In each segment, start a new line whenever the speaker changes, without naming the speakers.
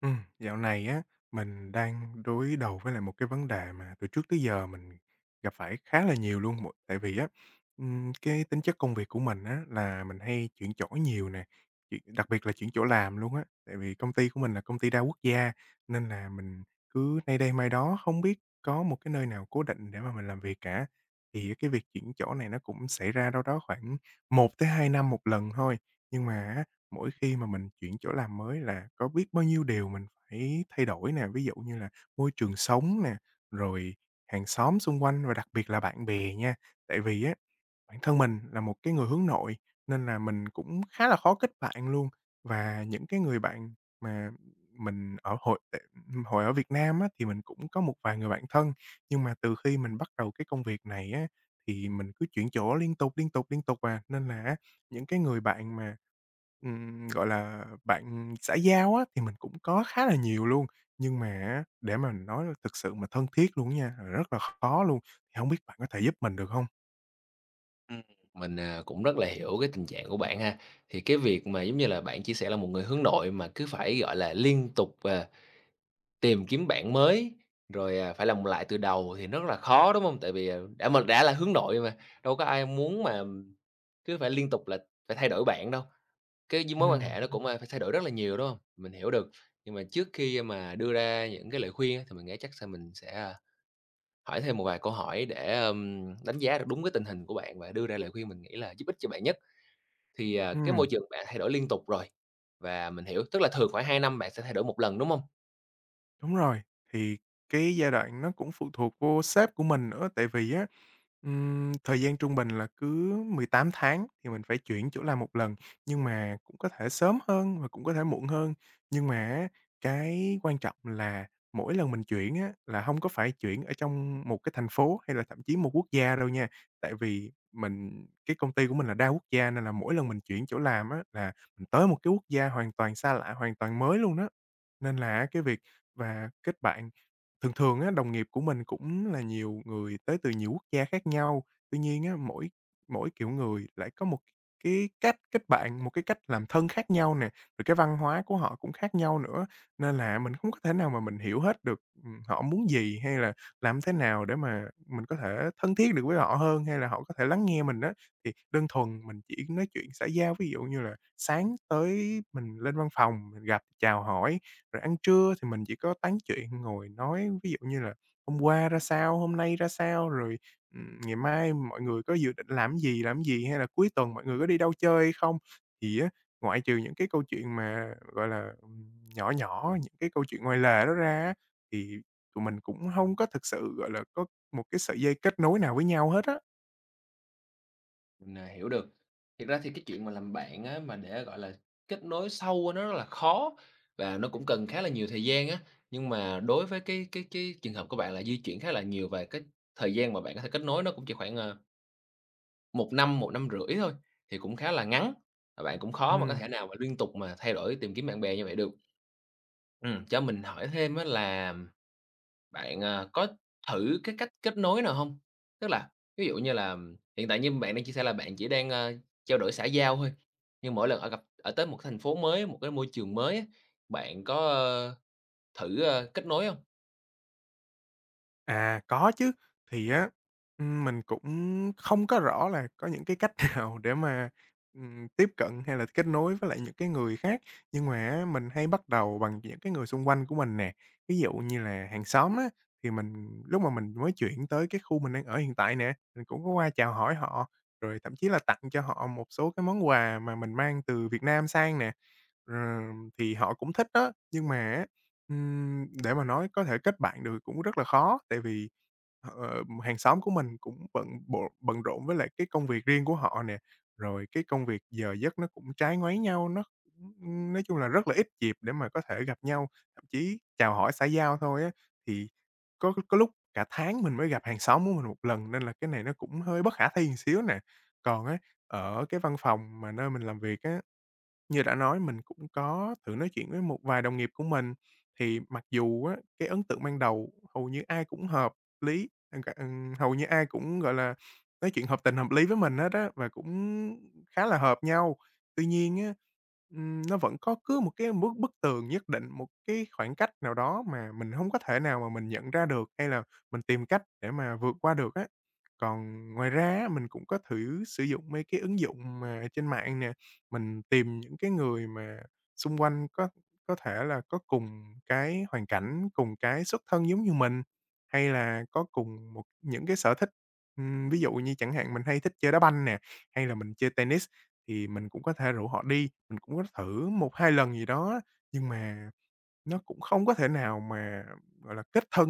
Dạo này á, mình đang đối đầu với lại một cái vấn đề mà từ trước tới giờ mình gặp phải khá là nhiều luôn. Một tại vì á, cái tính chất công việc của mình á, là mình hay chuyển chỗ nhiều nè, chuyện đặc biệt là chuyển chỗ làm luôn á. Tại vì công ty của mình là công ty đa quốc gia, nên là mình cứ nay đây mai đó, không biết có một cái nơi nào cố định để mà mình làm việc cả. Thì cái việc chuyển chỗ này nó cũng xảy ra đâu đó khoảng một tới 2 năm một lần thôi, nhưng mà mỗi khi mà mình chuyển chỗ làm mới là có biết bao nhiêu điều mình phải thay đổi nè, ví dụ như là môi trường sống nè, rồi hàng xóm xung quanh và đặc biệt là bạn bè nha. Tại vì á, bản thân mình là một cái người hướng nội nên là mình cũng khá là khó kết bạn luôn và những cái người bạn mà mình hồi ở Việt Nam á, thì mình cũng có một vài người bạn thân, nhưng mà từ khi mình bắt đầu cái công việc này á, thì mình cứ chuyển chỗ liên tục, liên tục, liên tục à, nên là á, những cái người bạn mà gọi là, bạn xã giao á, thì mình cũng có khá là nhiều luôn, nhưng mà á, để mà nói là thực sự mà thân thiết luôn á nha, là rất là khó luôn, thì hông biết bạn có thể giúp mình được không?
Ừm, mình, cũng rất là hiểu cái tình trạng của bạn ha. Thì cái việc mà, giống như là, bạn chia sẻ là một người hướng nội mà cứ phải, gọi là, liên tục, tìm kiếm bạn mới, rồi, phải làm lại từ đầu thì rất là khó, đúng không? Tại vì, mình đã là hướng nội mà, đâu có ai muốn mà cứ phải liên tục là phải thay đổi bạn đâu. Cái d Mối quan
Ừm,
hệ nó cũng, phải thay đổi rất là nhiều, đúng không? Mình hiểu được. Nhưng mà trước khi mà đưa ra những cái lời khuyên á, thì mình nghĩ chắc mình sẽ, hỏi thêm một vài câu hỏi để, đánh giá được đúng cái tình hình của bạn và đưa ra lời khuyên mình nghĩ là giúp ích cho bạn nhất. Thì, cái môi
ừm.
trường bạn thay đổi liên tục rồi và mình hiểu, tức là thường khoảng 2 năm bạn sẽ thay đổi một lần, đúng không?
Đúng rồi, thì cái giai đoạn nó cũng phụ thuộc vô sếp của mình nữa, tại vì á, thời gian trung bình là cứ 18 tháng thì mình phải chuyển chỗ làm một lần, nhưng mà cũng có thể sớm hơn và cũng có thể muộn hơn. Nhưng mà á, cái quan trọng là mỗi lần mình chuyển á, là không có phải chuyển ở trong một cái thành phố hay là thậm chí một quốc gia đâu nha. Tại vì mình cái công ty của mình là đa quốc gia nên là mỗi lần mình chuyển chỗ làm á, là mình tới một cái quốc gia hoàn toàn xa lạ, hoàn toàn mới luôn đó. Nên là á cái việc và kết bạn thường thường á, đồng nghiệp của mình cũng là nhiều người tới từ nhiều quốc gia khác nhau. Tuy nhiên á, mỗi mỗi kiểu người lại có một cái cách kết bạn, một cái cách làm thân khác nhau nè, rồi cái văn hóa của họ cũng khác nhau nữa, nên là mình không có thể nào mà mình hiểu hết được, họ muốn gì hay là làm thế nào để mà mình có thể thân thiết được với họ hơn, hay là họ có thể lắng nghe mình đó. Thì đơn thuần mình chỉ nói chuyện xã giao, ví dụ như là sáng tới mình lên văn phòng, mình gặp chào hỏi rồi ăn trưa thì mình chỉ có tán chuyện, ngồi nói, ví dụ như là hôm qua ra sao, hôm nay ra sao, rồi, ngày mai mọi người có dự định làm gì, hay là cuối tuần mọi người có đi đâu chơi hay không? Thì á, ngoại trừ những cái câu chuyện mà, gọi là, nhỏ nhỏ, những cái câu chuyện ngoài lề đó ra á, thì tụi mình cũng không có thực sự, gọi là, có một cái sợi dây kết nối nào với nhau hết á.
Mình, hiểu được. Thực ra thì cái chuyện mà làm bạn á, mà để, gọi là, kết nối sâu á, nó rất là khó và nó cũng cần khá là nhiều thời gian á. Nhưng mà đối với cái trường hợp của bạn là di chuyển khá là nhiều và cái thời gian mà bạn có thể kết nối nó cũng chỉ khoảng, 1 năm, một năm rưỡi thôi, thì cũng khá là ngắn, và bạn cũng khó mà có
Ừm.
thể nào mà liên tục mà thay đổi tìm kiếm bạn bè như vậy được. Cho mình hỏi thêm á là bạn, có thử cái cách kết nối nào không? Tức là ví dụ như là hiện tại như bạn đang chia sẻ là bạn chỉ đang, trao đổi xã giao thôi, nhưng mỗi lần gặp tới một thành phố mới, một cái môi trường mới á, bạn có, thử, kết nối không?
À, có chứ. Thì á, mình cũng không có rõ là có những cái cách nào để mà, tiếp cận hay là kết nối với lại những cái người khác, nhưng mà á, mình hay bắt đầu bằng những cái người xung quanh của mình nè. Ví dụ như là hàng xóm á, thì mình lúc mà mình mới chuyển tới cái khu mình đang ở hiện tại nè, mình cũng có qua chào hỏi họ, rồi thậm chí là tặng cho họ một số cái món quà mà mình mang từ Việt Nam sang nè. Ờ, thì họ cũng thích đó, nhưng mà á. Để mà nói có thể kết bạn được cũng rất là khó, tại vì, hàng xóm của mình cũng bận rộn với lại cái công việc riêng của họ nè, rồi cái công việc giờ giấc nó cũng trái ngoáy nhau, nó nói chung là rất là ít dịp để mà có thể gặp nhau, thậm chí chào hỏi xã giao thôi á, thì có lúc cả tháng mình mới gặp hàng xóm của mình một lần nên là cái này nó cũng hơi bất khả thi một xíu nè. Còn á, ở cái văn phòng mà nơi mình làm việc á như đã nói, mình cũng có thử nói chuyện với một vài đồng nghiệp của mình, thì mặc dù á, cái ấn tượng ban đầu hầu như ai cũng hợp lý, ờ, cả hầu như ai cũng, gọi là, nói chuyện hợp tình hợp lý với mình hết á, và cũng khá là hợp nhau. Tuy nhiên á, nó vẫn có cứ một cái bức bức tường nhất định, một cái khoảng cách nào đó mà mình không có thể nào mà mình nhận ra được, hay là mình tìm cách để mà vượt qua được á. Còn ngoài ra á, mình cũng có thử sử dụng mấy cái ứng dụng mà trên mạng nè, mình tìm những cái người mà xung quanh có thể là có cùng cái hoàn cảnh, cùng cái xuất thân giống như mình, hay là có cùng một những cái sở thích. Ví dụ như chẳng hạn mình hay thích chơi đá banh nè, hay là mình chơi tennis thì mình cũng có thể rủ họ đi, mình cũng có thử một 2 lần gì đó, nhưng mà nó cũng không có thể nào mà, gọi là, kết thân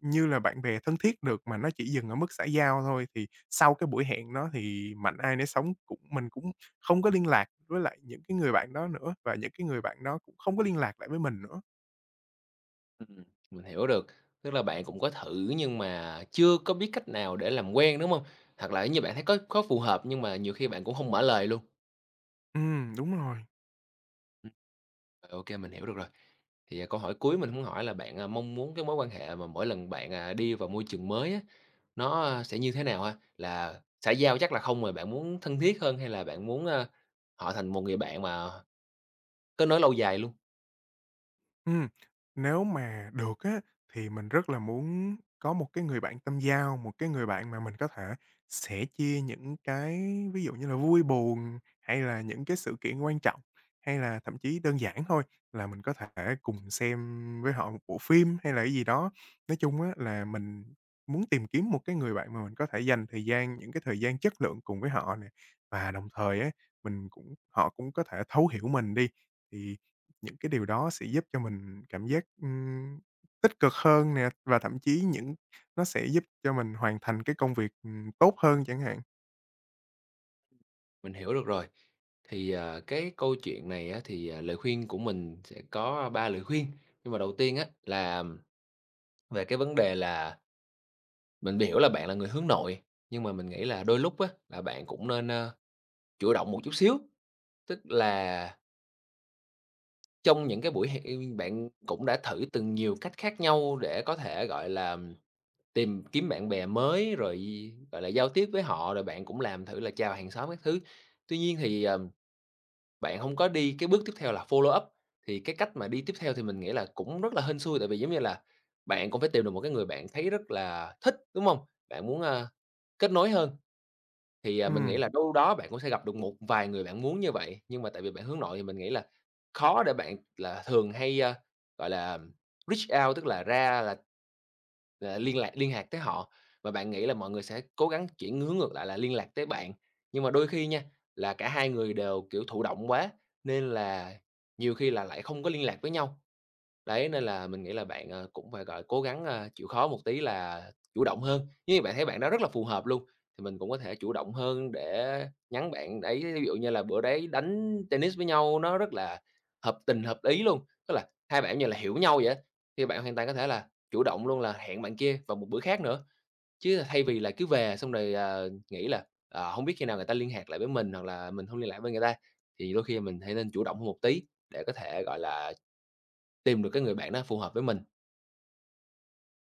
như là bạn bè thân thiết được, mà nó chỉ dừng ở mức xã giao thôi. Thì sau cái buổi hẹn đó thì mạnh ai nấy sống, cũng mình cũng không có liên lạc với lại những cái người bạn đó nữa, và những cái người bạn đó cũng không có liên lạc lại với mình nữa.
Ừm, mình hiểu được, tức là bạn cũng có thử nhưng mà chưa có biết cách nào để làm quen, đúng không? Hoặc là như bạn thấy có phù hợp nhưng mà nhiều khi bạn cũng không mở lời luôn.
Đúng rồi.
Ừm. Rồi, mình hiểu được rồi. Thì, câu hỏi cuối mình muốn hỏi là bạn, mong muốn cái mối quan hệ mà mỗi lần bạn, đi vào môi trường mới á, nó, sẽ như thế nào ha? Là xã giao chắc là không rồi, bạn muốn thân thiết hơn hay là bạn muốn, họ thành một người bạn mà kết nối lâu dài luôn?
Ừm, nếu mà được á, thì mình rất là muốn có một cái người bạn tâm giao, một cái người bạn mà mình có thể sẻ chia những cái ví dụ như là vui buồn, hay là những cái sự kiện quan trọng, hay là thậm chí đơn giản thôi là mình có thể cùng xem với họ một bộ phim hay là cái gì đó. Nói chung á là mình muốn tìm kiếm một cái người bạn mà mình có thể dành thời gian những cái thời gian chất lượng cùng với họ nè, và đồng thời á, mình cũng họ cũng có thể thấu hiểu mình đi. Thì những cái điều đó sẽ giúp cho mình cảm giác, tích cực hơn nè, và thậm chí những nó sẽ giúp cho mình hoàn thành cái công việc, tốt hơn chẳng hạn.
Mình hiểu được rồi. Thì, cái câu chuyện này á, thì, lời khuyên của mình sẽ có 3 lời khuyên. Nhưng mà đầu tiên á, là về cái vấn đề là mình hiểu là bạn là người hướng nội, nhưng mà mình nghĩ là đôi lúc á, là bạn cũng nên, chủ động một chút xíu. Tức là trong những cái buổi hẹn bạn cũng đã thử từng nhiều cách khác nhau để có thể, gọi là, tìm kiếm bạn bè mới, rồi, gọi là, giao tiếp với họ, rồi bạn cũng làm thử là chào hàng xóm các thứ. Tuy nhiên thì, bạn hông có đi cái bước tiếp theo là follow up, thì cái cách mà đi tiếp theo thì mình nghĩ là cũng rất là hên xui, tại vì, giống như là, bạn cũng phải tìm được một cái người bạn thấy rất là thích, đúng hông? Bạn muốn, kết nối hơn. Thì, mình nghĩ
Ừm.
là đâu đó bạn cũng sẽ gặp được một vài người bạn muốn như vậy, nhưng mà tại vì bạn hướng nội thì mình nghĩ là khó để bạn là thường hay, gọi là, reach out, tức là ra là liên lạc liên hạc tới họ, và bạn nghĩ là mọi người sẽ cố gắng chuyển hướng ngược lại là liên lạc tới bạn. Nhưng mà đôi khi nha, là cả hai người đều, kiểu, thụ động quá, nên là nhiều khi là lại không có liên lạc với nhau. Đấy, nên là mình nghĩ là bạn, cũng phải, gọi, cố gắng, chịu khó một tí là chủ động hơn. Nếu như bạn thấy bạn đó rất là phù hợp luôn, thì mình cũng có thể chủ động hơn để nhắn bạn đấy, ví dụ như là bữa đấy đánh tennis với nhau nó rất là hợp tình, hợp ý luôn, tức là hai bạn như là hiểu nhau vậy á, thì bạn hoàn toàn có thể là chủ động luôn là hẹn bạn kia vào một bữa khác nữa. Chứ thay vì là cứ về xong rồi, nghĩ là, hông biết khi nào người ta liên lạc lại với mình, hoặc là mình không liên lạc với người ta, thì đôi khi mình hãy nên chủ động hơn một tí để có thể, gọi là, tìm được cái người bạn đó phù hợp với mình.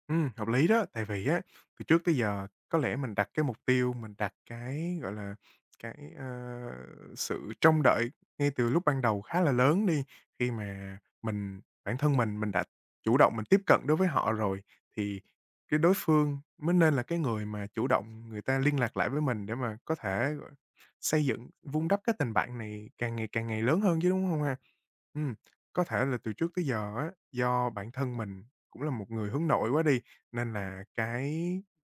Hợp lý đó, tại vì á, từ trước tới giờ có lẽ mình đặt cái mục tiêu, mình đặt cái, gọi là, cái, sự trông đợi ngay từ lúc ban đầu khá là lớn đi. Khi mà mình bản thân mình đã chủ động mình tiếp cận đối với họ rồi, thì cái đối phương mới nên là cái người mà chủ động người ta liên lạc lại với mình để mà có thể, gọi, xây dựng, vun đắp cái tình bạn này càng ngày lớn hơn chứ, đúng không ha? Ừm, có thể là từ trước tới giờ á, do bản thân mình cũng là một người hướng nội quá đi, nên là cái,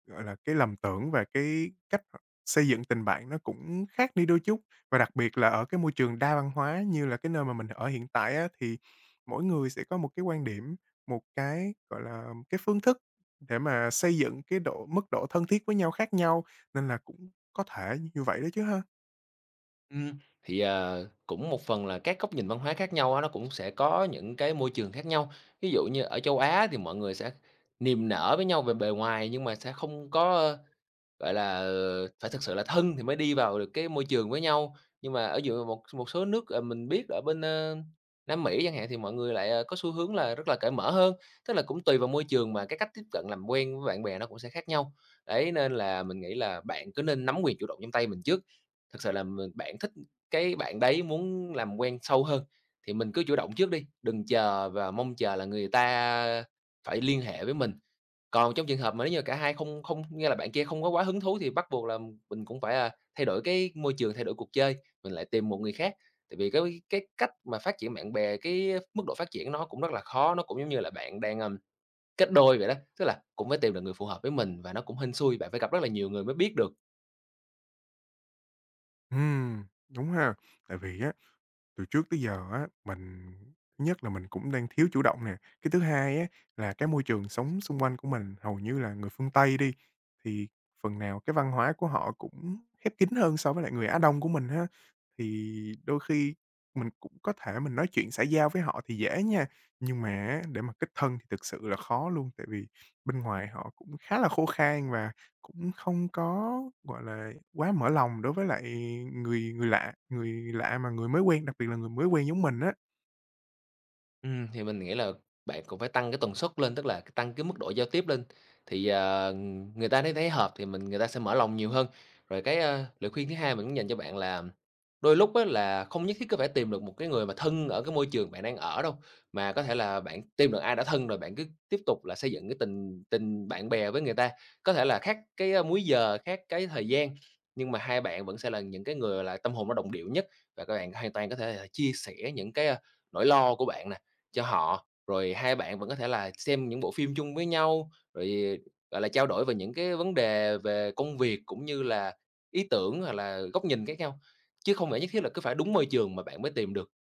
gọi là, cái lầm tưởng và cái cách xây dựng tình bạn nó cũng khác đi đôi chút. Và đặc biệt là ở cái môi trường đa văn hóa như là cái nơi mà mình ở hiện tại á, thì mỗi người sẽ có một cái quan điểm, một cái, gọi là, cái phương thức để mà xây dựng cái độ mức độ thân thiết với nhau khác nhau, nên là cũng có thể như vậy đó chứ ha.
Ừm. Thì, cũng một phần là các góc nhìn văn hóa khác nhau á, nó cũng sẽ có những cái môi trường khác nhau. Ví dụ như ở châu Á thì mọi người sẽ niềm nở với nhau về bề ngoài nhưng mà sẽ không có gọi là, phải thực sự là thân thì mới đi vào được cái môi trường với nhau, nhưng mà ở giữa một một số nước, mình biết ở bên, Nam Mỹ chẳng hạn thì mọi người lại, có xu hướng là rất là cởi mở hơn, tức là cũng tùy vào môi trường mà cái cách tiếp cận làm quen với bạn bè nó cũng sẽ khác nhau. Đấy, nên là mình nghĩ là bạn cứ nên nắm quyền chủ động trong tay mình trước. Thực sự là bạn thích cái bạn đấy muốn làm quen sâu hơn thì mình cứ chủ động trước đi, đừng chờ và mong chờ là người ta phải liên hệ với mình. Còn trong trường hợp mà nếu như cả hai không không nghĩa là bạn kia không có quá hứng thú thì bắt buộc là mình cũng phải, thay đổi cái môi trường, thay đổi cuộc chơi, mình lại tìm một người khác. Tại vì cái cách mà phát triển bạn bè, cái mức độ phát triển nó cũng rất là khó, nó cũng giống như là bạn đang, kết đôi vậy đó, tức là cũng phải tìm được người phù hợp với mình và nó cũng hên xui, bạn phải gặp rất là nhiều người mới biết được.
Đúng ha, tại vì á từ trước tới giờ á, mình thứ nhất là mình cũng đang thiếu chủ động nè, cái thứ hai á, là cái môi trường sống xung quanh của mình hầu như là người phương Tây đi, thì phần nào cái văn hóa của họ cũng khép kín hơn so với lại người Á Đông của mình ha thì đôi khi mình cũng có thể mình nói chuyện xã giao với họ thì dễ nha, nhưng mà á, để mà kết thân thì thực sự là khó luôn, tại vì bên ngoài họ cũng khá là khô khan và cũng không có, gọi là, quá mở lòng đối với lại người người lạ mà người mới quen, đặc biệt là người mới quen giống mình á.
Thì mình nghĩ là bạn cũng phải tăng cái tần suất lên, tức là tăng cái mức độ giao tiếp lên, thì, người ta thấy thấy hợp thì người ta sẽ mở lòng nhiều hơn. Rồi cái, lời khuyên thứ hai mình cũng dành cho bạn là đôi lúc á là không nhất thiết cứ phải tìm được một cái người mà thân ở cái môi trường bạn đang ở đâu, mà có thể là bạn tìm được ai đã thân rồi bạn cứ tiếp tục là xây dựng cái tình tình bạn bè với người ta. Có thể là khác cái, múi giờ, khác cái thời gian, nhưng mà hai bạn vẫn sẽ là những cái người là tâm hồn nó đồng điệu nhất và các bạn hoàn toàn có thể là chia sẻ những cái, nỗi lo của bạn nè. Cho họ, rồi hai bạn vẫn có thể là xem những bộ phim chung với nhau, rồi, gọi là, trao đổi về những cái vấn đề về công việc cũng như là ý tưởng hoặc là góc nhìn khác nhau, chứ không phải nhất thiết là cứ phải đúng môi trường mà bạn mới tìm được.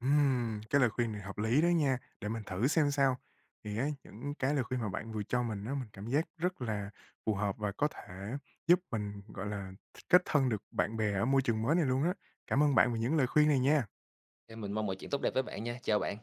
Cái lời khuyên này hợp lý đó nha, để mình thử xem sao. Thì á, những cái lời khuyên mà bạn vừa cho mình đó mình cảm giác rất là phù hợp và có thể giúp mình, gọi là, kết thân được bạn bè ở môi trường mới này luôn á. Cảm ơn bạn vì những lời khuyên này nha.
Nên mình mong mọi chuyện tốt đẹp với bạn nha, chào bạn.